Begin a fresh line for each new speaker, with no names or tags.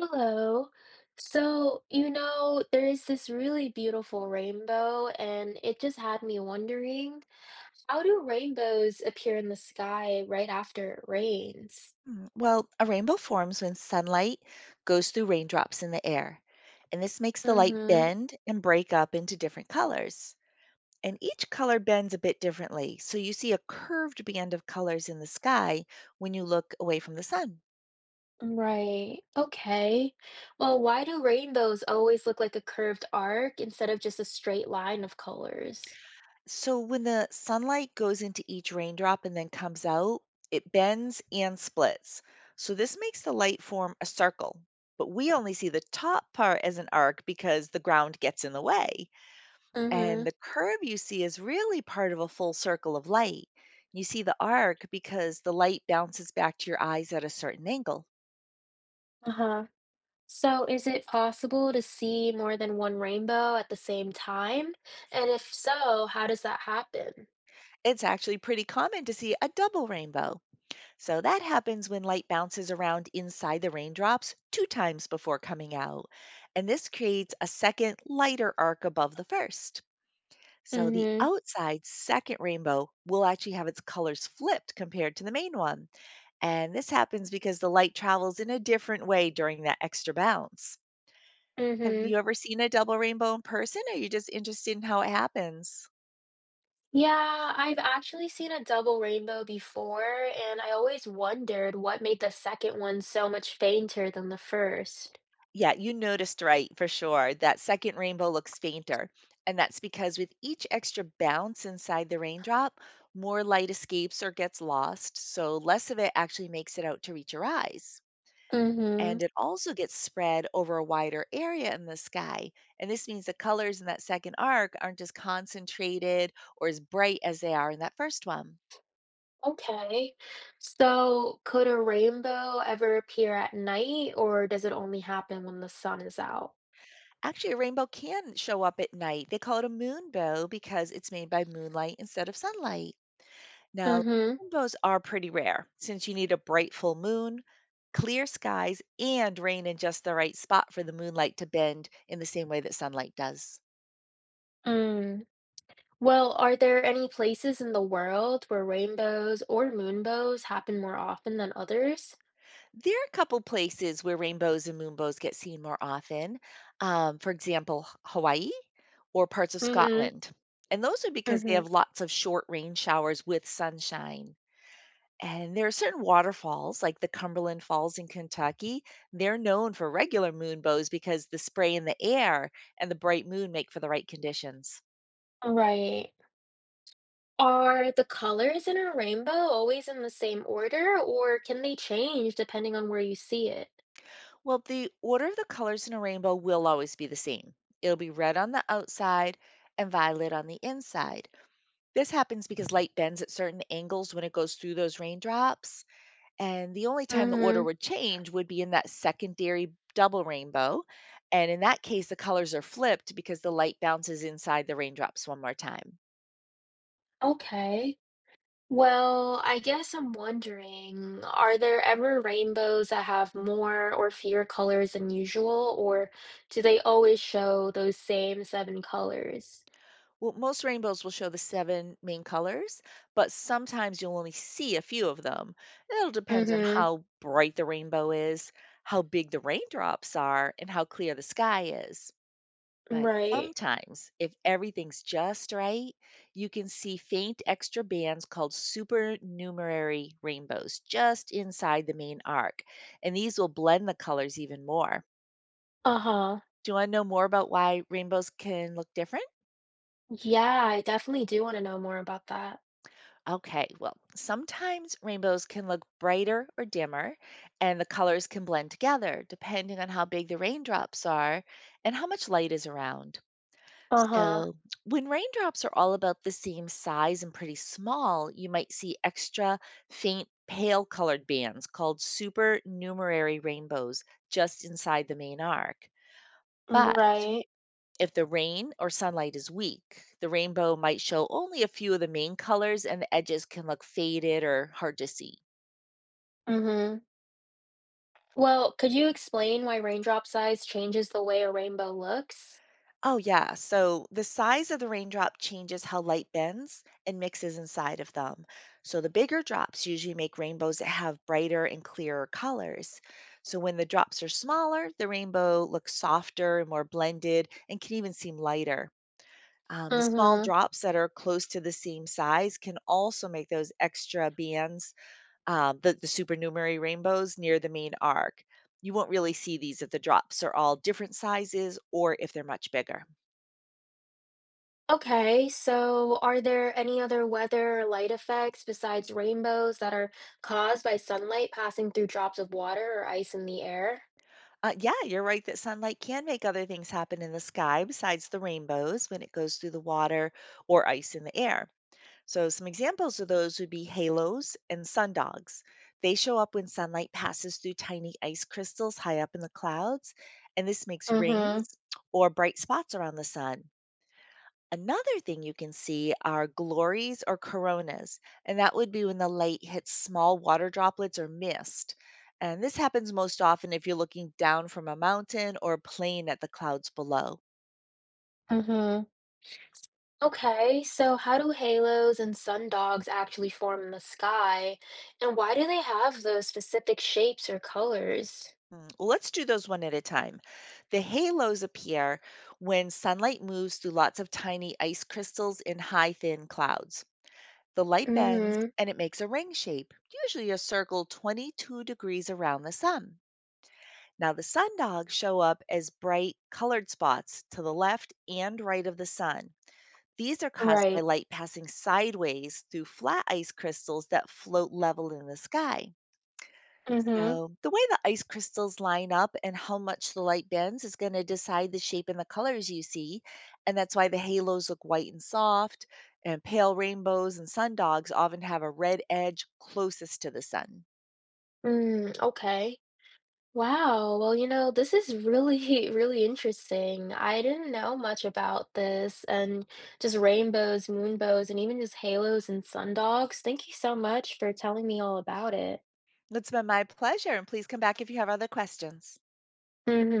Hello. There is this really beautiful rainbow, and it just had me wondering, how do rainbows appear in the sky right after it rains?
Well, a rainbow forms when sunlight goes through raindrops in the air, and this makes the light
Mm-hmm.
bend and break up into different colors. And each color bends a bit differently, so you see a curved band of colors in the sky when you look away from the sun.
Right. Okay. Well, why do rainbows always look like a curved arc instead of just a straight line of colors?
So when the sunlight goes into each raindrop and then comes out, it bends and splits. So this makes the light form a circle. But we only see the top part as an arc because the ground gets in the way. And
Mm-hmm.
the curve you see is really part of a full circle of light. You see the arc because the light bounces back to your eyes at a certain angle.
Uh-huh. So, is it possible to see more than one rainbow at the same time? And if so, how does that happen?
It's actually pretty common to see a double rainbow. So that happens when light bounces around inside the raindrops two times before coming out. And this creates a second lighter arc above the first. So the
Mm-hmm.
outside second rainbow will actually have its colors flipped compared to the main one. And this happens because the light travels in a different way during that extra bounce. Have
Mm-hmm.
you ever seen a double rainbow in person? Or are you just interested in how it happens?
Yeah, I've actually seen a double rainbow before, and I always wondered what made the second one so much fainter than the first.
Yeah, you noticed right for sure. That second rainbow looks fainter. And that's because with each extra bounce inside the raindrop, more light escapes or gets lost. So less of it actually makes it out to reach your eyes,
Mm-hmm.
and it also gets spread over a wider area in the sky. And this means the colors in that second arc aren't as concentrated or as bright as they are in that first one.
Okay. So, could a rainbow ever appear at night, or does it only happen when the sun is out?
Actually, a rainbow can show up at night. They call it a moonbow because it's made by moonlight instead of sunlight. Now,
Mm-hmm.
moonbows are pretty rare since you need a bright full moon, clear skies, and rain in just the right spot for the moonlight to bend in the same way that sunlight does.
Mm. Well, are there any places in the world where rainbows or moonbows happen more often than others?
There are a couple places where rainbows and moonbows get seen more often. For example, Hawaii or parts of
Mm-hmm.
Scotland. And those are because they
Mm-hmm.
have lots of short rain showers with sunshine. And there are certain waterfalls, like the Cumberland Falls in Kentucky. They're known for regular moonbows because the spray in the air and the bright moon make for the right conditions.
Right. Are the colors in a rainbow always in the same order, or can they change depending on where you see it?
Well, the order of the colors in a rainbow will always be the same. It'll be red on the outside and violet on the inside. This happens because light bends at certain angles when it goes through those raindrops. And the only time the order
Mm-hmm.
would change would be in that secondary double rainbow. And in that case, the colors are flipped because the light bounces inside the raindrops one more time.
Okay. Well, I guess I'm wondering, are there ever rainbows that have more or fewer colors than usual, or do they always show those same seven colors?
Well, most rainbows will show the seven main colors, but sometimes you'll only see a few of them. It'll depend on
Mm-hmm.
how bright the rainbow is, how big the raindrops are, and how clear the sky is. But
Right.
sometimes, if everything's just right, you can see faint extra bands called supernumerary rainbows just inside the main arc, and these will blend the colors even more.
Uh-huh.
Do you want to know more about why rainbows can look different?
Yeah, I definitely do want to know more about that.
Okay, well, sometimes rainbows can look brighter or dimmer, and the colors can blend together depending on how big the raindrops are and how much light is around.
Uh-huh.
So, when raindrops are all about the same size and pretty small, you might see extra faint pale colored bands called supernumerary rainbows just inside the main arc. But
Right.
if the rain or sunlight is weak, the rainbow might show only a few of the main colors and the edges can look faded or hard to see.
Mm-hmm. Well, could you explain why raindrop size changes the way a rainbow looks?
Oh, yeah. So the size of the raindrop changes how light bends and mixes inside of them. So the bigger drops usually make rainbows that have brighter and clearer colors. So when the drops are smaller, the rainbow looks softer and more blended and can even seem lighter. The small
Mm-hmm.
drops that are close to the same size can also make those extra bands, the supernumerary rainbows near the main arc. You won't really see these if the drops are all different sizes or if they're much bigger.
Okay, so are there any other weather or light effects besides rainbows that are caused by sunlight passing through drops of water or ice in the air?
Yeah, you're right that sunlight can make other things happen in the sky besides the rainbows when it goes through the water or ice in the air. So, some examples of those would be halos and sundogs. They show up when sunlight passes through tiny ice crystals high up in the clouds, and this makes
Mm-hmm.
rings or bright spots around the sun. Another thing you can see are glories or coronas, and that would be when the light hits small water droplets or mist. And this happens most often if you're looking down from a mountain or a plane at the clouds below.
Mm-hmm. Okay, so how do halos and sundogs actually form in the sky, and why do they have those specific shapes or colors?
Well, let's do those one at a time. The halos appear when sunlight moves through lots of tiny ice crystals in high, thin clouds. The light bends
Mm-hmm.
and it makes a ring shape, usually a circle 22° degrees around the sun. Now, the sundogs show up as bright colored spots to the left and right of the sun. These are caused by
Right.
light passing sideways through flat ice crystals that float level in the sky.
Mm-hmm.
So, the way the ice crystals line up and how much the light bends is going to decide the shape and the colors you see. And that's why the halos look white and soft, and pale rainbows and sundogs often have a red edge closest to the sun.
Mm, okay. Wow. Well, this is really, really interesting. I didn't know much about this and just rainbows, moonbows, and even just halos and sundogs. Thank you so much for telling me all about it.
It's been my pleasure, and please come back if you have other questions.
Hmm.